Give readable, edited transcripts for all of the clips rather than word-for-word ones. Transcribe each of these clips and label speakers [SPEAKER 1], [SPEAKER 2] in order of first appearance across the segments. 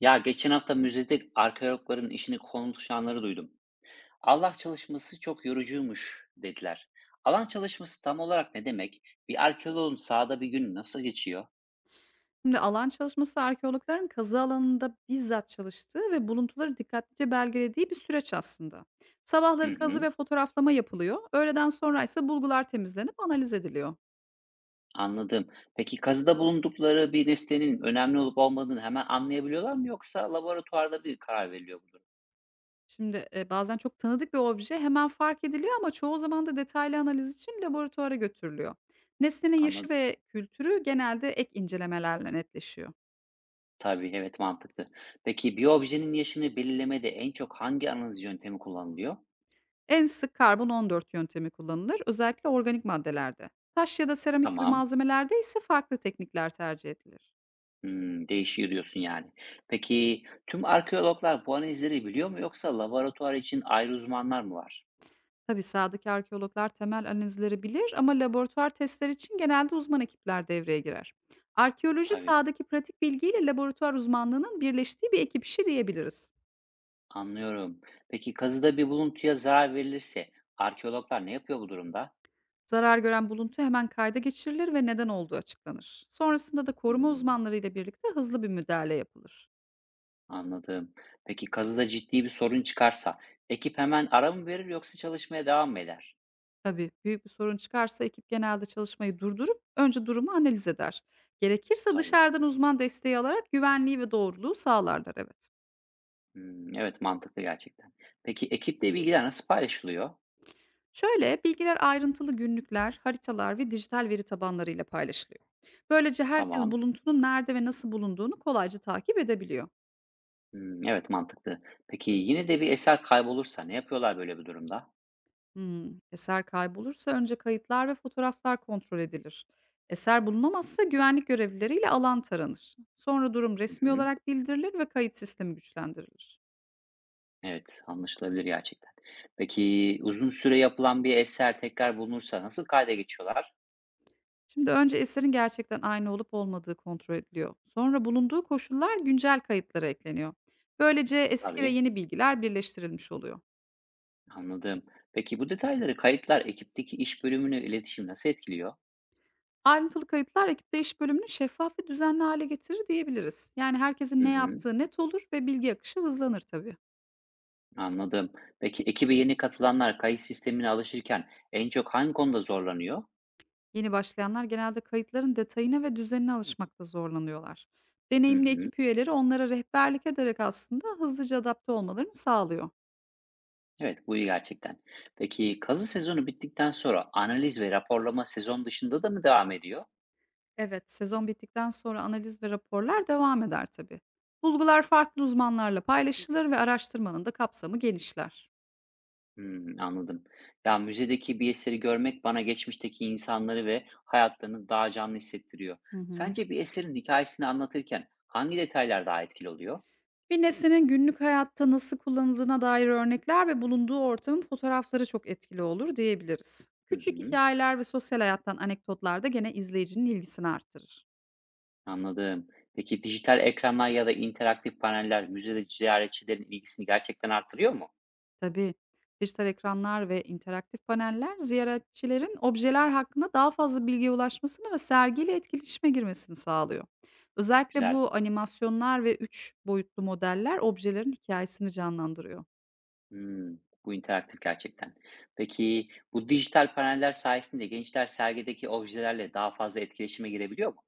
[SPEAKER 1] Ya geçen hafta müzede arkeologların işini konuşanları duydum. Allah çalışması çok yorucuymuş dediler. Alan çalışması tam olarak ne demek? Bir arkeoloğun sahada bir gün nasıl geçiyor?
[SPEAKER 2] Şimdi alan çalışması arkeologların kazı alanında bizzat çalıştığı ve buluntuları dikkatlice belgelediği bir süreç aslında.
[SPEAKER 1] Hı
[SPEAKER 2] Sabahları kazı
[SPEAKER 1] hı,
[SPEAKER 2] ve fotoğraflama yapılıyor. Öğleden sonra ise bulgular temizlenip analiz ediliyor.
[SPEAKER 1] anladım. Peki kazıda bulundukları bir nesnenin önemli olup olmadığını hemen anlayabiliyorlar mı yoksa laboratuvarda bir karar veriliyor bu durum?
[SPEAKER 2] Şimdi bazen çok tanıdık bir obje hemen fark ediliyor ama çoğu zaman da detaylı analiz için laboratuvara götürülüyor. Nesnenin yaşı
[SPEAKER 1] Anladım.
[SPEAKER 2] ve kültürü genelde ek incelemelerle netleşiyor.
[SPEAKER 1] Tabii, evet, mantıklı. Peki bir objenin yaşını belirlemede en çok hangi analiz yöntemi kullanılıyor?
[SPEAKER 2] En sık karbon 14 yöntemi kullanılır, özellikle organik maddelerde. Taş ya da seramik gibi
[SPEAKER 1] Tamam.
[SPEAKER 2] malzemelerde ise farklı teknikler tercih edilir.
[SPEAKER 1] Değişiyor diyorsun yani. Peki tüm arkeologlar bu analizleri biliyor mu yoksa laboratuvar için ayrı uzmanlar mı var?
[SPEAKER 2] Tabii sahadaki arkeologlar temel analizleri bilir ama laboratuvar testleri için genelde uzman ekipler devreye girer. Arkeoloji
[SPEAKER 1] Tabii,
[SPEAKER 2] sahadaki pratik bilgiyle laboratuvar uzmanlığının birleştiği bir ekip işi diyebiliriz.
[SPEAKER 1] anlıyorum. Peki kazıda bir buluntuya zarar verilirse arkeologlar ne yapıyor bu durumda?
[SPEAKER 2] Zarar gören buluntu hemen kayda geçirilir ve neden olduğu açıklanır. Sonrasında da koruma
[SPEAKER 1] Hımm,
[SPEAKER 2] uzmanlarıyla birlikte hızlı bir müdahale yapılır.
[SPEAKER 1] Anladım. Peki kazıda ciddi bir sorun çıkarsa ekip hemen ara mı verir yoksa çalışmaya devam mı eder?
[SPEAKER 2] Tabii büyük bir sorun çıkarsa ekip genelde çalışmayı durdurup önce durumu analiz eder. Gerekirse
[SPEAKER 1] Tabii.
[SPEAKER 2] dışarıdan uzman desteği alarak güvenliği ve doğruluğu sağlarlar, evet.
[SPEAKER 1] Hımm, evet, mantıklı gerçekten. Peki ekipte bilgiler nasıl paylaşılıyor?
[SPEAKER 2] Şöyle, bilgiler ayrıntılı günlükler, haritalar ve dijital veri tabanlarıyla paylaşılıyor. Böylece herkes
[SPEAKER 1] Tamam.
[SPEAKER 2] buluntunun nerede ve nasıl bulunduğunu kolayca takip edebiliyor.
[SPEAKER 1] Hımm, evet, mantıklı. Peki yine de bir eser kaybolursa ne yapıyorlar böyle bir durumda?
[SPEAKER 2] Hmm, Eser kaybolursa önce kayıtlar ve fotoğraflar kontrol edilir. Eser bulunamazsa güvenlik görevlileriyle alan taranır. Sonra durum
[SPEAKER 1] Hı
[SPEAKER 2] resmi
[SPEAKER 1] hı.
[SPEAKER 2] olarak bildirilir ve kayıt sistemi güçlendirilir.
[SPEAKER 1] Evet, anlaşılabilir gerçekten. Peki uzun süre yapılan bir eser tekrar bulunursa nasıl kayda geçiyorlar?
[SPEAKER 2] Şimdi önce eserin gerçekten aynı olup olmadığı kontrol ediliyor. Sonra bulunduğu koşullar güncel kayıtlara ekleniyor. Böylece eski ve
[SPEAKER 1] Tabii,
[SPEAKER 2] yeni bilgiler birleştirilmiş oluyor.
[SPEAKER 1] anladım. Peki bu detayları kayıtlar ekipteki iş bölümünü, iletişim nasıl etkiliyor?
[SPEAKER 2] Ayrıntılı kayıtlar ekipte iş bölümünü şeffaf ve düzenli hale getirir diyebiliriz. Yani herkesin
[SPEAKER 1] Hı
[SPEAKER 2] ne
[SPEAKER 1] hı,
[SPEAKER 2] yaptığı net olur ve bilgi akışı hızlanır tabii.
[SPEAKER 1] anladım. Peki ekibe yeni katılanlar kayıt sistemine alışırken en çok hangi konuda zorlanıyor?
[SPEAKER 2] Yeni başlayanlar genelde kayıtların detayına ve düzenine alışmakta zorlanıyorlar.
[SPEAKER 1] Hı
[SPEAKER 2] Deneyimli
[SPEAKER 1] hı.
[SPEAKER 2] ekip üyeleri onlara rehberlik ederek aslında hızlıca adapte olmalarını sağlıyor.
[SPEAKER 1] Evet, bu iyi gerçekten. Peki kazı sezonu bittikten sonra analiz ve raporlama sezon dışında da mı devam ediyor?
[SPEAKER 2] Evet. Sezon bittikten sonra analiz ve raporlar devam eder tabii. Bulgular farklı uzmanlarla paylaşılır ve araştırmanın da kapsamı genişler.
[SPEAKER 1] Anladım. Ya, müzedeki bir eseri görmek bana geçmişteki insanları ve hayatlarını daha canlı hissettiriyor.
[SPEAKER 2] Hı hı.
[SPEAKER 1] Sence bir eserin hikayesini anlatırken hangi detaylar daha etkili oluyor?
[SPEAKER 2] Bir nesnenin günlük hayatta nasıl kullanıldığına dair örnekler ve bulunduğu ortamın fotoğrafları çok etkili olur diyebiliriz.
[SPEAKER 1] Hı
[SPEAKER 2] Küçük
[SPEAKER 1] hı,
[SPEAKER 2] hikayeler ve sosyal hayattan anekdotlar da gene izleyicinin ilgisini artırır.
[SPEAKER 1] anladım. Peki dijital ekranlar ya da interaktif paneller müzede ziyaretçilerin ilgisini gerçekten artırıyor mu?
[SPEAKER 2] Tabii dijital ekranlar ve interaktif paneller ziyaretçilerin objeler hakkında daha fazla bilgiye ulaşmasını ve sergiyle etkileşime girmesini sağlıyor. Özellikle
[SPEAKER 1] Güzel.
[SPEAKER 2] bu animasyonlar ve üç boyutlu modeller objelerin hikayesini canlandırıyor.
[SPEAKER 1] Bu interaktif gerçekten. Peki bu dijital paneller sayesinde gençler sergideki objelerle daha fazla etkileşime girebiliyor mu?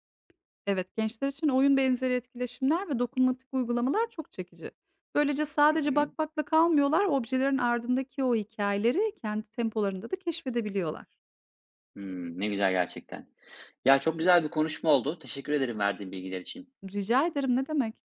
[SPEAKER 2] Evet, gençler için oyun benzeri etkileşimler ve dokunmatik uygulamalar çok çekici. Böylece
[SPEAKER 1] Hı
[SPEAKER 2] sadece
[SPEAKER 1] hı.
[SPEAKER 2] bakmakla kalmıyorlar, objelerin ardındaki o hikayeleri kendi tempolarında da keşfedebiliyorlar.
[SPEAKER 1] Ne güzel gerçekten. Ya, çok güzel bir konuşma oldu. Teşekkür ederim verdiğin bilgiler için.
[SPEAKER 2] Rica ederim, ne demek?